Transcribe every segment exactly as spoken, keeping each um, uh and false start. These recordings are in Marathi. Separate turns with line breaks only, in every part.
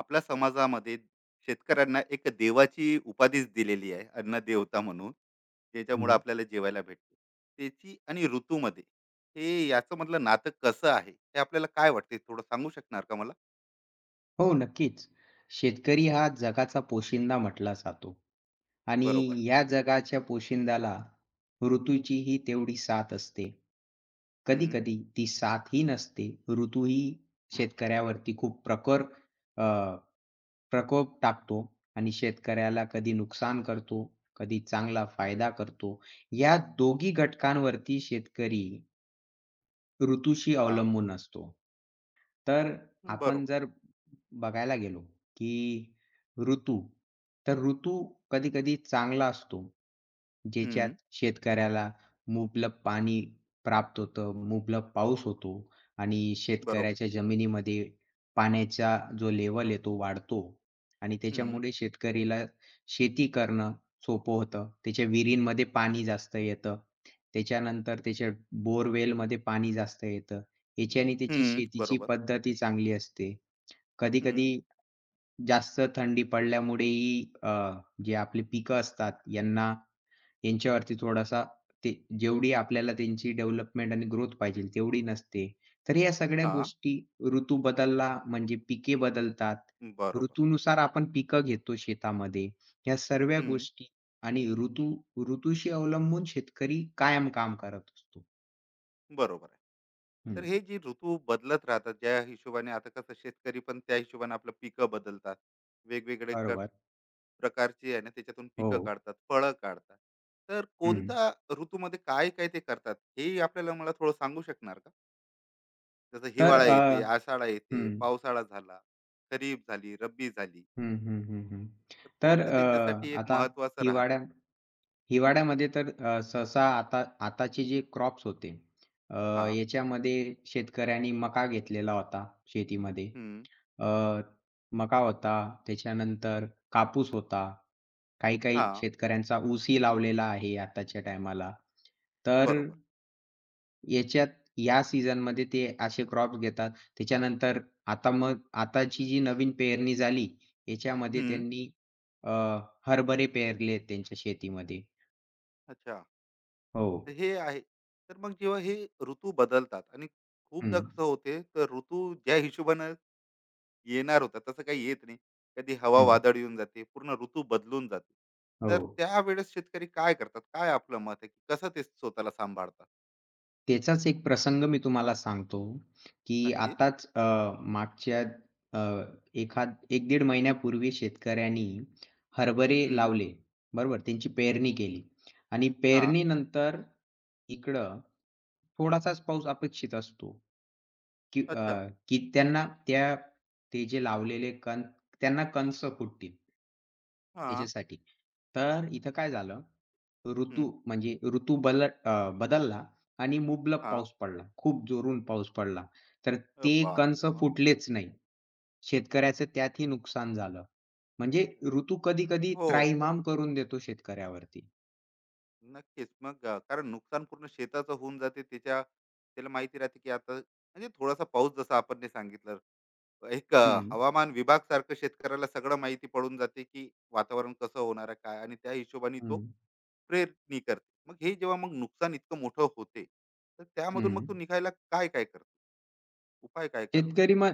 आपल्या समाजामध्ये शेतकऱ्यांना एक देवाची उपाधीच दिलेली आहे, अन्न देवता म्हणून. ज्याच्यामुळे
हं.
आपल्याला जेवायला भेटते त्याची आणि ऋतूमध्ये हे याचं मधलं नातं कसं आहे, हे आपल्याला काय वाटते थोडं सांगू शकणार का मला?
हो, नक्कीच. शेतकरी हा जगाचा पोशिंदा म्हटला जातो आणि
बरोबर.
या जगाच्या पोशिंद्याला ऋतूचीही तेवढी साथ असते.
हम्म.
कधी-कधी ती साथही नसते. ऋतूही शेतकऱ्यावरती खूप प्रखर अ, प्रकोप टाकतो आणि शेतकऱ्याला कधी नुकसान करतो, कधी चांगला फायदा करतो. या दोघी घटकांवरती शेतकरी ऋतूशी
हा.
अवलंबून असतो. तर
बरोबर.
आपण जर बघायला गेलो, की ऋतू, तर ऋतू कधी-कधी चांगला असतो, ज्याच्यात
हम्म.
शेतकऱ्याला मुबलक पाणी प्राप्त होतं, मुबलक पाऊस होतो आणि
बरोबर.
शेतकऱ्याच्या जमिनीमध्ये पाण्याचा जो लेवल आहे तो वाढतो आणि
हम्म.
त्याच्यामुळे शेतकरीला शेती करणं सोपं होतं. त्याच्या विहिरींमध्ये पाणी जास्त येतं. त्याच्यानंतर त्याच्या बोरवेलमध्ये पाणी जास्त येतं. याची आणि त्याची
हम्म.
शेतीची
बरोबर.
पद्धती चांगली असते.
हम्म.
कधी-कधी जास्त थंडी पडल्यामुळेही अ, जे आपले पिकं असतात यांना यांच्यावरती थोडासा ते जेवढी आपल्याला त्यांची डेव्हलपमेंट आणि ग्रोथ पाहिजे तेवढी नसते. तर या सगळ्या
हा.
गोष्टी ऋतू बदलला म्हणजे पिके बदलतात.
बरोबर.
ऋतूनुसार आपण पिकं घेतो शेतामध्ये. या सर्व
हम्म.
गोष्टी आणि ऋतू ऋतूशी अवलंबून शेतकरी कायम काम करत असतो.
बरोबर आहे.
हं,
तर हे जे ऋतू बदलत राहतात, ज्या हिशोबाने, आता कसं शेतकरी पण त्या हिशोबाने आपलं पिकं बदलतात, वेगवेगळे कर
बरोबर.
प्रकारची आहे ना, त्याच्यातून
हो.
पिकं काढतात, फळं काढतात. तर
हं.
कोणत्या ऋतूमध्ये काय-काय ते करतात, हे आपल्याला, मला थोडं सांगू शकणार का? जसं
तर
हिवाळा
अ
येते, आषाढा
हं.
येते, पावसाळा झाला, खरीप झाली, रब्बी झाली.
हं, हं, हं, हं.
तर
तर
कोणतं त्यांच्यासाठी
अ,
एक
आता
महत्त्वाचं राहते?
हिवाळ्या हिवाळ्यामध्ये तर अ, सहसा आता आताचे जे क्रॉप्स होते अ,
हां.
याच्यामध्ये शेतकऱ्यांनी मका घेतलेला होता शेतीमध्ये.
हं.
अ, मका होता, त्याच्यानंतर कापूस होता. काही-काही
हां.
शेतकऱ्यांचा ऊसही लावलेला आहे आताच्या टायमाला. तर
बरोबर.
याच्यात या सीझनमध्ये ते असे क्रॉप्स घेतात. त्याच्यानंतर आता मग आताची जी नवीन पेरणी झाली, याच्यामध्ये
हं.
त्यांनी अ, हरभरे पेरले त्यांच्या शेतीमध्ये.
अच्छा.
हो.
तर हे आहे. तर मग जेव्हा हे ऋतू बदलतात आणि
हं,
खूपदा कसं होते, तर ऋतू ज्या हिशोबानं येणार होता तसं काही येत नाही. कधी हवा
हं.
वादळ येऊन जाते, पूर्ण ऋतू बदलून जाते.
हो.
तर त्यावेळेस शेतकरी काय करतात? काय आपलं मत आहे, की कसं ते स्वतःला सांभाळतात?
त्याचाच एक प्रसंग मी तुम्हाला सांगतो, की
नक्कीच.
आताच अ, मागच्या अ, एखाद एक ते दीड महिन्यापूर्वी शेतकऱ्यांनी हरभरे
हं.
लावले. बरोबर? त्यांची पेरणी केली आणि
हां.
पेरणीनंतर इकडं थोडासाच पाऊस अपेक्षित असतो. की अ,
अच्छा.
की त्यांना त्या ते जे लावलेले कण त्यांना कंस फुटतील
हां.
याच्यासाठी. तर इथं काय झालं,
हं.
ऋतू म्हणजे ऋतू बल अ, बदलला आणि मुबलक
हां.
पाऊस पडला. खूप जोरून पाऊस पडला. तर
अ,
ते
बापरे!
कंस
मग?
फुटलेच नाही. शेतकऱ्याचं त्यातही नुकसान झालं. म्हणजे
अरे
ऋतू
बा.
कधी-कधी
हो.
त्राईमाम करून देतो शेतकऱ्यावरती.
नक्कीच. मग अ, कारण नुकसान पूर्ण शेताचं होऊन जाते. त्याच्या त्याला माहिती राहते, की आता म्हणजे थोडासा पाऊस जसा आपण ने सांगितलं. एक अ,
हं,
हवामान विभाग सारखं शेतकऱ्याला सगळं माहिती पडून जाते, की वातावरण कसं होणार आहे, काय, आणि त्या हिशोबाने तो
हं,
प्रेरणी करते. मग हे जेव्हा मग नुकसान इतकं मोठं होते, तर त्यामधून मग
हं.
तू निघायला काय-काय करते? उपाय काय करू
शेतकरी
शकते?
मग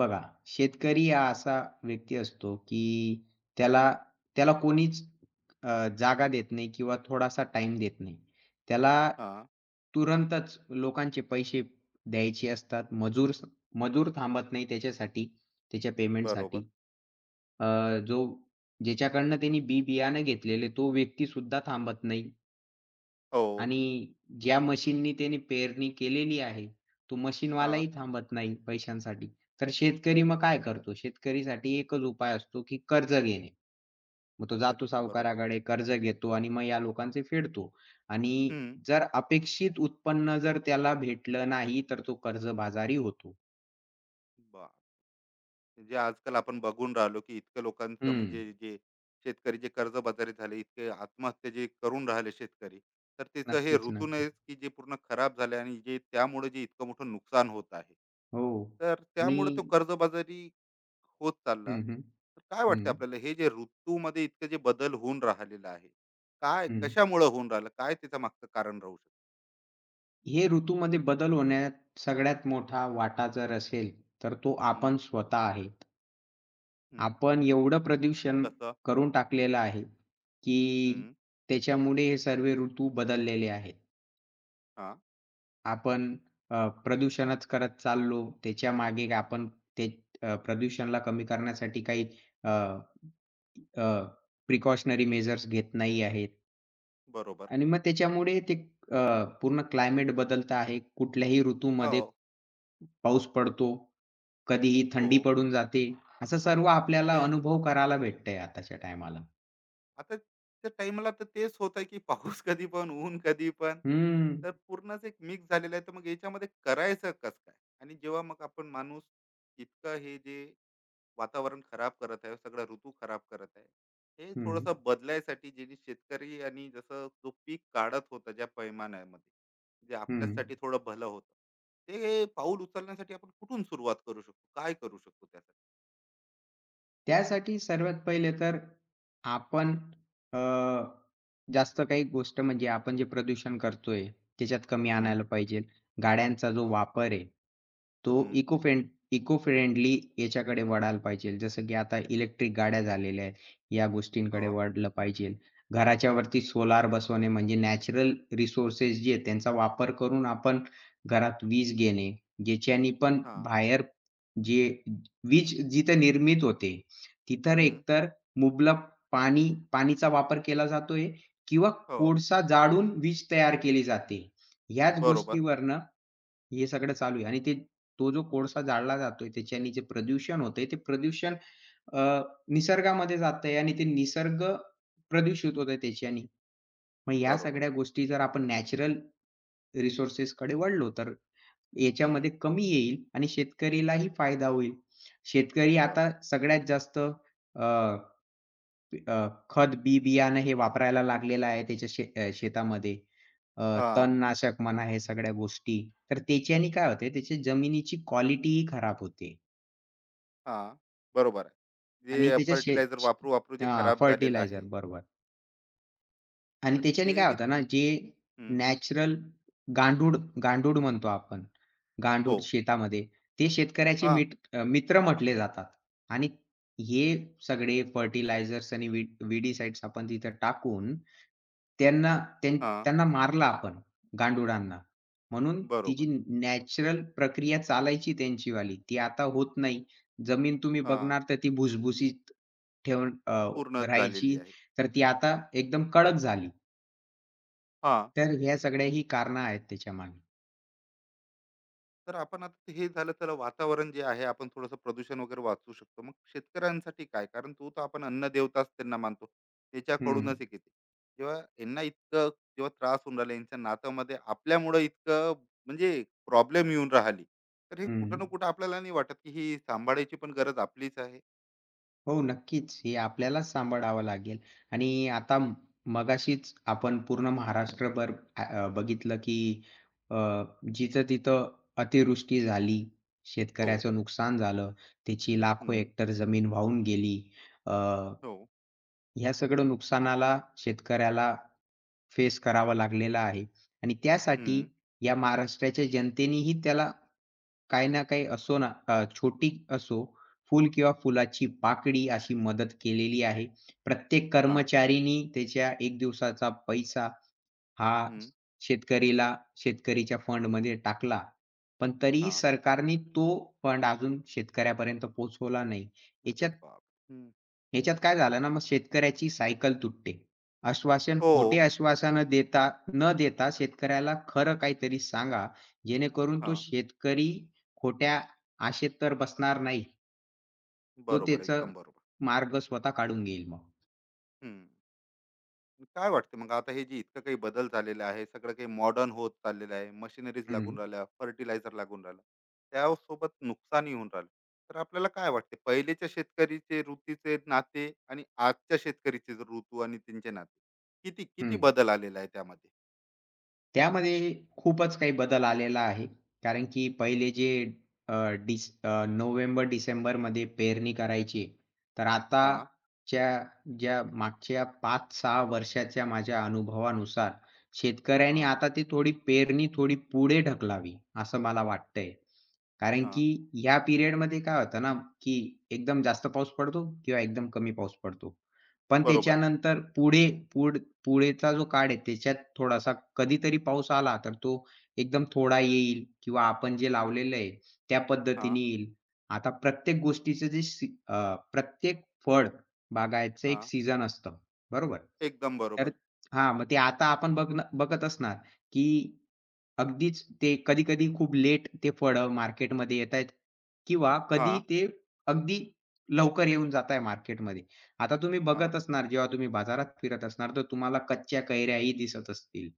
बघा, शेतकरी हा असा व्यक्ती असतो, की त्याला त्याला कोणीच अ, जागा देत नाही किंवा थोडासा टाइम देत नाही. त्याला
हां,
तुरंतच लोकांचे पैसे द्यायचे असतात. मजूर मजूर थांबत नाही त्याच्यासाठी, त्याच्या
बरोबर.
पेमेंटसाठी. अ, जो ज्याच्याकडनं त्यांनी बी बियाणं घेतलेले तो व्यक्तीसुद्धा थांबत नाही.
हो.
आणि ज्या मशीननी त्याने पेरणी केलेली आहे, तो
हां,
मशीनवालाही थांबत नाही पैशांसाठी. तर शेतकरी मग काय करतो? शेतकरीसाठी एकच उपाय असतो, की कर्ज घेणे. मग तो
कर्ज
जातो
घेणे. बरोबर.
सावकाराकडे, कर्ज घेतो आणि मग या लोकांचे फेडतो. आणि
हं.
जर अपेक्षित उत्पन्न जर त्याला भेटलं नाही, तर तो कर्जबाजारी होतो.
बरं. म्हणजे आजकाल आपण बघून राहिलो, की इतकं लोकांचं,
हं.
म्हणजे जे शेतकरी जे कर्जबाजारी झाले, इतके आत्महत्या जे करून राहिले शेतकरी, तर त्याचं हे
नक्कीच, नक्कीच.
ऋतूनच, की जे पूर्ण खराब झाले आणि जे त्यामुळे जे इतकं मोठं नुकसान होत आहे.
हो.
तर
आणि
त्यामुळे तो कर्जबाजारी होत चालला.
हं, हं.
तर काय वाटतं
हं,
आपल्याला, हे जे ऋतूमध्ये इतकं जे बदल होऊन राहिलेलं आहे, काय
हं.
कशामुळं होऊन राहिलं? काय त्याच्या मागचं कारण राहू शकतं?
हे ऋतूमध्ये बदल होण्यात सगळ्यात मोठा वाटा जर असेल, तर तो
हं,
आपण स्वतः आहे.
हं.
आपण एवढं प्रदूषण
कसं?
करून टाकलेलं आहे, की
हं.
त्याच्यामुळे हे सर्व ऋतू बदललेले आहेत.
हां.
आपण अ, प्रदूषणच करत चाललो. त्याच्यामागे आपण ते अ, प्रदूषणला कमी करण्यासाठी काही अ, प्रिकॉशनरी मेजर्स घेत नाही आहेत.
बरोबर.
आणि मग त्याच्यामुळे ते अ, पूर्ण क्लायमेट बदलत आहे. कुठल्याही ऋतूमध्ये
हो,
पाऊस पडतो. कधीही
हो.
थंडी पडून जाते. असं सर्व आपल्याला
तेच.
अनुभव करायला भेटतंय आताच्या टायमाला.
आता त्या टाईमला तर तेच होतं, की पाऊस कधी पण, ऊन कधी पण.
हं,
तर पूर्णच एक मिक्स झालेलं आहे. तर मग याच्यामध्ये करायचं कसं काय? आणि जेव्हा मग आपण माणूस इतकं हे जे वातावरण खराब करत आहे, सगळा ऋतू खराब करत आहे, हे
हं,
थोडंसं बदलायसाठी, जेणे शेतकरी आणि जसं जो पीक काढत होता, ज्या पैमानामध्ये जे
हं.
आपल्यासाठी थोडं भलं होतं, ते पाऊल उचलण्यासाठी आपण कुठून सुरुवात करू शकतो, काय करू शकतो त्यासाठी?
त्यासाठी सर्वात पहिले तर आपण अ, जास्त काही गोष्ट म्हणजे आपण जे प्रदूषण करतोय, त्याच्यात कमी
हम्म.
आणायला पाहिजे. गाड्यांचा जो
हा.
वापर आहे, तो
हम्म.
इको फ्रेंड इको फ्रेंडली याच्याकडे वळायला पाहिजे. जसं की आता इलेक्ट्रिक गाड्या झालेल्या आहेत, या गोष्टींकडे
हो.
वळलं पाहिजे. घराच्या वरती सोलार बसवणे म्हणजे नॅचरल रिसोर्सेस जे आहेत, त्यांचा वापर करून आपण घरात वीज घेणे, ज्याच्यानी पण
हा.
बाहेर जे वीज जिथे निर्मित होते तिथं
हम्म.
एकतर मुबलक पाणी पाणीचा वापर केला जातोय किंवा
हो.
कोळसा जाळून वीज तयार केली जाते. ह्याच
बरोबर.
गोष्टीवरनं हे सगळं चालू आहे आणि ते तो जो कोळसा जाळला जातोय त्याच्याने जे प्रदूषण होतंय ते प्रदूषण अ, निसर्गामध्ये जातंय आणि ते निसर्ग प्रदूषित होतंय त्याच्याने. मग ह्या
बरोबर.
सगळ्या गोष्टी जर आपण नॅचरल रिसोर्सेसकडे वळलो तर याच्यामध्ये
हम्म.
कमी येईल आणि शेतकरीलाही फायदा होईल. शेतकरी
बरोबर.
आता सगळ्यात जास्त अ, खत, बी-बियाणं हे वापरायला लागलेलं आहे त्याच्या शे अ, शेतामध्ये. अ,
हा.
तणनाशक म्हणा हे सगळ्या गोष्टी. तर त्याच्याने काय होते त्याची जमिनीची क्वालिटीही खराब होते
हा. बरोबर आहे.
आणि
जे
त्याच्या शे
फर्टिलायझर वापरू वापरू जे
हां,
खराब झालेलं आहे,
फर्टिलायझर बरोबर. आणि
तर ते
त्याच्याने काय
नि-
होतं ना, जे
हम्म,
नॅचरल गांडूळ गांडूळ म्हणतो आपण. गांडूळ
हो.
शेतामध्ये ते शेतकऱ्याचे
हा.
मिट अ, मित्र म्हटले जातात आणि हे सगळे फर्टिलायझर्स आणि वी विडीसाइड्स आपण तिथं टाकून त्यांना त्यां
हा.
त्यांना मारलं आपण गांडुळांना. म्हणून ती
बरोबर.
जी नॅचरल प्रक्रिया चालायची त्यांचीवाली ती आता होत नाही. जमीन तुम्ही
हां,
बघणार तर ती भुसभुशीत ठेवून अ,
पूर्णच झालेली
राहायची
आहे.
तर ती आता एकदम कडक झाली.
हां,
तर ह्या सगळ्या ही कारणं आहेत त्याच्यामागे.
तर आपण आता हे झालं, त्याला वातावरण जे आहे आपण थोडंसं प्रदूषण वगैरे वाचवू शकतो. मग शेतकऱ्यांसाठी काय? कारण तो तर आपण अन्नदेवताच त्यांना मानतो.
हं,
त्याच्याकडूनच एक येते. जेव्हा यांना इतकं, जेव्हा त्रास होऊन राहिला यांच्या नात्यामध्ये आपल्यामुळं, इतकं म्हणजे प्रॉब्लेम येऊन राहिली. तर हे कुठं
हं.
ना कुठं आपल्याला नाही वाटत, की ही सांभाळायची पण गरज आपलीच आहे?
हो, नक्कीच. हे आपल्यालाच सांभाळावं लागेल आणि आता म- मगाशीच आपण पूर्ण महाराष्ट्रभर अ, अ, बघितलं की अ, जिथं-तिथं अतिवृष्टी झाली,
हो.
शेतकऱ्याचं नुकसान झालं, त्याची लाखो
हं.
हेक्टर जमीन वाहून गेली. अ,
हो.
ह्या सगळं नुकसानाला शेतकऱ्याला फेस करावा लागलेला आहे आणि त्यासाठी
हं.
या महाराष्ट्राच्या जनतेनेही त्याला काही ना काही असो ना अ, छोटी असो, फूल किंवा फुलाची पाकळी अशी मदत केलेली आहे. प्रत्येक
हां.
कर्मचारीनी त्याच्या एक दिवसाचा पैसा हा
हं.
शेतकरीला शेतकरीच्या फंडमध्ये टाकला. पण तरीही
हां.
सरकारने तो फंड अजून शेतकऱ्यापर्यंत पोहोचवला नाही.
अरे
याच्यात
बाप! हं.
ह्याच्यात काय झालं ना मग शेतकऱ्याची सायकल तुटते. आश्वासन
हो.
खोटे आश्वासनं देता न देता शेतकऱ्याला खरं काहीतरी सांगा, जेणेकरून तो
हां.
शेतकरी खोट्या आशेत तर बसणार नाही. तो
बरोबर.
त्याचं
एकदम बरोबर.
मार्ग स्वतः काढून घेईल मग.
हं. काय वाटते मग आता, हे जे इतकं काही बदल झालेले आहे, सगळं काही मॉडर्न होत चाललेलं आहे, मशिनरीज
हं,
लागून राहिल्या, फर्टिलायझर लागून राहिलं, त्यासोबत नुकसानही होऊन राहिलं. तर आपल्याला काय वाटते, पहिलेच्या शेतकरीचे ऋतूचे नाते आणि आजच्या शेतकरीचे जे ऋतू आणि त्यांचे नाते, किती किती
हं.
बदल आलेला आहे त्यामध्ये?
त्यामध्ये खूपच काही बदल आलेला आहे. कारण की पहिले जे अ, डिस अ, नोव्हेंबर-डिसेंबरमध्ये पेरणी करायची, तर
हां,
आताच्या ज्या मागच्या पाच ते सहा वर्षाच्या माझ्या अनुभवानुसार शेतकऱ्यांनी
हां,
आता ती थोडी पेरणी थोडी पुढे ढकलावी, असं मला वाटतंय. कारण की
हां.
ह्या पिरियडमध्ये काय होतं ना, की एकदम जास्त पाऊस पडतो किंवा एकदम कमी पाऊस पडतो. पण
बरोबर.
त्याच्यानंतर पुढे पुढ पुढेचा जो काळ आहे त्याच्यात थोडासा कधीतरी पाऊस आला तर तो एकदम थोडा येईल किंवा आपण जे लावलेलं आहे त्या
हां,
पद्धतीने येईल. आता प्रत्येक गोष्टीचं जे सी अ, प्रत्येक फळ बागायचं एक
हां.
सीझन असतं, बरोबर?
एकदम
तर
बरोबर.
हां, मग ते आता आपण बघणं बघत असणार, की अगदीच ते कधी-कधी खूप लेट ते फळं मार्केटमध्ये येतायत किंवा कधी
हां,
ते अगदी लवकर येऊन जात आहे मार्केटमध्ये. आता तुम्ही
हां.
बघत असणार, जेव्हा तुम्ही बाजारात फिरत असणार, तर तुम्हाला कच्च्या कैऱ्याही दिसत असतील.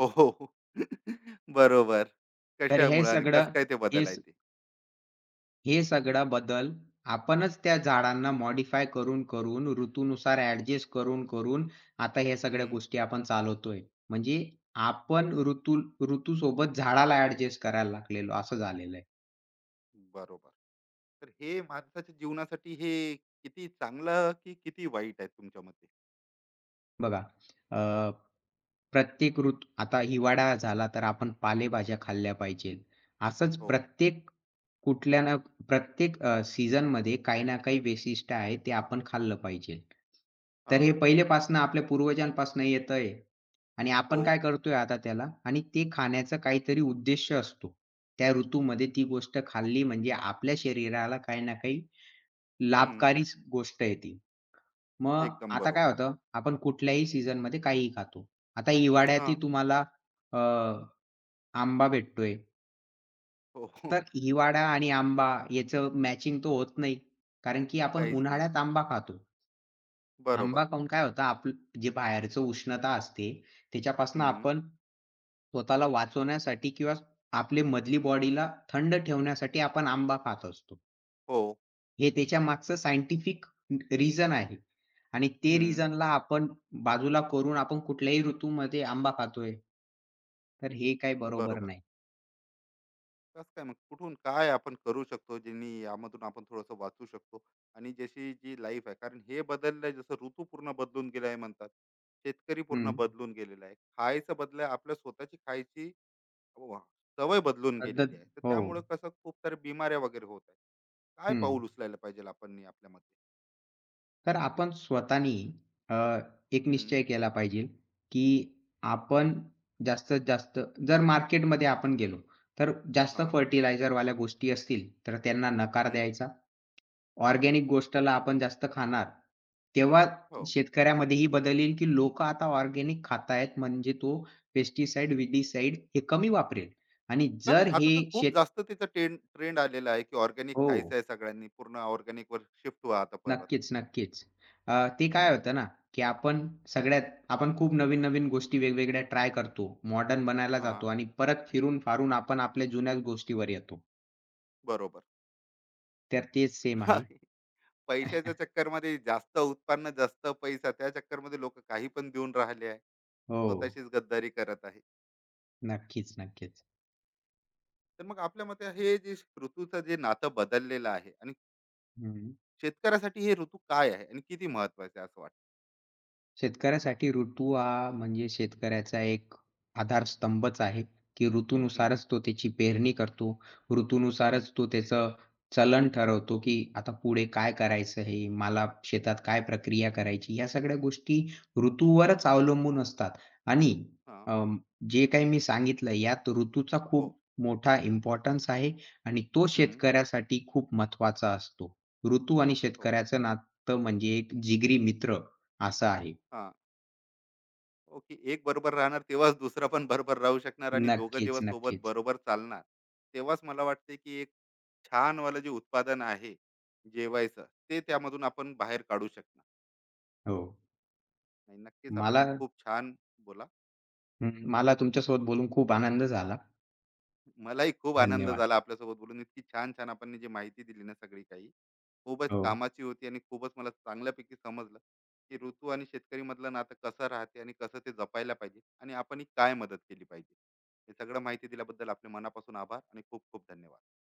हो, हो, हो. बरोबर.
तर हे
कशामुळं आणि कसं
सगळं
काय ते
हे
बदल आहे
स-
ते?
हे सगळा बदल आपणच त्या झाडांना मॉडिफाय करून-करून, ऋतूनुसार ॲडजस्ट करून-करून आता ह्या सगळ्या
हं,
गोष्टी आपण चालवतोय. म्हणजे आपण ऋतू ऋतूसोबत झाडाला ॲडजस्ट करायला लागलेलो असं झालेलं आहे.
बरोबर. तर हे माणसाच्या जीवनासाठी हे किती चांगलं, की किती वाईट आहे तुमच्या मते?
बघा प्रत्येक ऋतू आता हिवाळा झाला तर आपण पालेभाज्या खाल्ल्या पाहिजेत. असंच
हो,
प्रत्येक कुठल्या ना प्रत्येक अ, सीझनमध्ये काही ना काही वैशिष्ट्य आहे ते आपण खाल्लं पाहिजे. तर
हां,
हे पहिलेपासून आपल्या पूर्वजांपासून येतंय आणि
हो,
आपण काय करतोय आता त्याला आणि ते खाण्याचा काहीतरी उद्देश असतो. त्या ऋतूमध्ये ती गोष्ट खाल्ली म्हणजे आपल्या शरीराला काही ना काही
हं,
लाभकारीच गोष्ट आहे मग
एकदम
आता काय
बरोबर.
होतं, आपण कुठल्याही सीझनमध्ये काहीही खातो. आता हिवाळ्यातही
हां,
तुम्हाला अ, आंबा भेटतोय.
हो, हो,
तर हिवाळा आणि आंबा याचं मॅचिंग तो होत नाही. कारण की आपण
काहीच नाही.
उन्हाळ्यात आंबा खातो.
बरोबर.
आंबा खाऊन काय होतं आपलं जे बाहेरचं उष्णता असते त्याच्यापासून
हं,
आपण स्वतःला वाचवण्यासाठी किंवा आपली मधली बॉडीला थंड ठेवण्यासाठी आपण आंबा खात असतो.
हो,
हे त्याच्या मागचं सायंटिफिक रिझन आहे आणि ते
हं,
रिझनला आपण बाजूला करून आपण कुठल्याही ऋतूमध्ये आंबा खातोय. तर हे काही बरोबर
बरोबर.
नाही.
कसं काय मग, कुठून काय आपण करू शकतो, ज्यांनी यामधून आपण थोडंसं वाचू शकतो आणि जशी जी लाईफ आहे, कारण हे बदललं, जसं ऋतू पूर्ण बदलून गेला आहे म्हणतात. शेतकरी पूर्ण
हं.
बदलून गेलेला आहे. खायचं बदल, आपल्या स्वतःची खायची, वा! सवय बदलून
पद्धत
गेलेली आहे. तर
हो.
त्यामुळे कसं खूप साऱ्या बिमाऱ्या वगैरे होत आहेत. काय
हं.
पाऊल उचलायला पाहिजे आपण नी आपल्या मते?
तर आपण स्वतःनी अ, एक
हं,
निश्चय केला पाहिजे, की आपण जास्तीत जास्त जर मार्केटमध्ये आपण गेलो, तर जास्त
हां,
फर्टिलायझरवाल्या गोष्टी असतील, तर त्यांना नकार
हं,
द्यायचा.
हां.
ऑर्गेनिक गोष्टला आपण जास्त खाणार, तेव्हा
हो.
शेतकऱ्यामध्ये ही बदल येईल, की लोकं आता ऑर्गेनिक खातायत म्हणजे तो पेस्टिसाईड, विडीसाईड हे कमी वापरेल आणि
कमी
जर
आता
हे
तर खूप
शेत
जास्त त्याचा टेंड ट्रेंड आलेला आहे, की ऑर्गॅनिक
हो.
खायचं आहे सगळ्यांनी. पूर्ण ऑर्गॅनिकवर शिफ्ट व्हा आता परत.
नक्कीच, नक्कीच. अ, ते
हं,
काय होतं ना, की आपण सगळ्यात आपण खूप नवीन-नवीन गोष्टी वेगवेगळ्या ट्राय करतो. मॉडर्न बनायला
हां,
जातो आणि परत फिरून-फारून आपण आपल्या जुन्याच गोष्टीवर येतो.
बरोबर.
तर तेच सेम
हा,
आहे.
पैशाच्या चक्करमध्ये जास्त उत्पन्न, जास्त पैसा, त्या चक्करमध्ये लोकं काही पण देऊन राहिले आहे.
हो.
स्वतःशीच गद्दारी करत आहे.
नक्कीच, नक्कीच.
तर मग आपल्या मते, हे जे ऋतूचं जे नातं बदललेलं आहे आणि
हं.
शेतकऱ्यासाठी हे ऋतू काय आहे आणि किती महत्वाचे आहे असं वाटतं?
शेतकऱ्यासाठी ऋतू हा म्हणजे शेतकऱ्याचा एक आधारस्तंभच आहे, की
हम्म,
ऋतूनुसारच तो त्याची पेरणी करतो.
हम्म,
ऋतूनुसारच तो त्याचं चलन ठरवतो, की आता पुढे काय करायचं आहे? मला शेतात काय प्रक्रिया करायची? या सगळ्या गोष्टी ऋतूवरच अवलंबून असतात आणि
हा,
अं, जे काही मी सांगितलं यात ऋतूचा
हो.
खूप मोठा इम्पोर्टन्स आहे आणि तो
हम्म,
शेतकऱ्यासाठी खूप महत्त्वाचा असतो. ऋतू आणि
हो.
शेतकऱ्याचं नातं म्हणजे एक जिगरी मित्र असं आहे.
हा. ओके, एक बरोबर राहणार तेव्हाच दुसरा पण बरोबर राहू शकणार आणि दोघं
नक्कीच,
जेव्हा सोबत
नक्कीच.
बरोबर चालणार तेव्हाच, मला वाटते, की एक छान वालं जे उत्पादन आहे जेवायचं, ते त्यामधून आपण बाहेर काढू शकणार
हो.
आणि नक्कीच आपण
मला
हे खूप छान. बोला.
हं, मला तुमच्यासोबत बोलून खूप आनंद झाला.
मलाही खूप आनंद
धन्यवाद.
झाला आपल्यासोबत बोलून. इतकी छान छान आपण जी माहिती दिली ना सगळी काही, खूपच
हो.
कामाची होती आणि खूपच मला चांगल्यापैकी समजलं, की ऋतू आणि शेतकरी मधलं नातं कसं राहते आणि कसं ते जपायला पाहिजे आणि आपण ही काय मदत केली पाहिजे. हे सगळं माहिती दिल्याबद्दल आपले मनापासून आभार आणि खूप खूप धन्यवाद.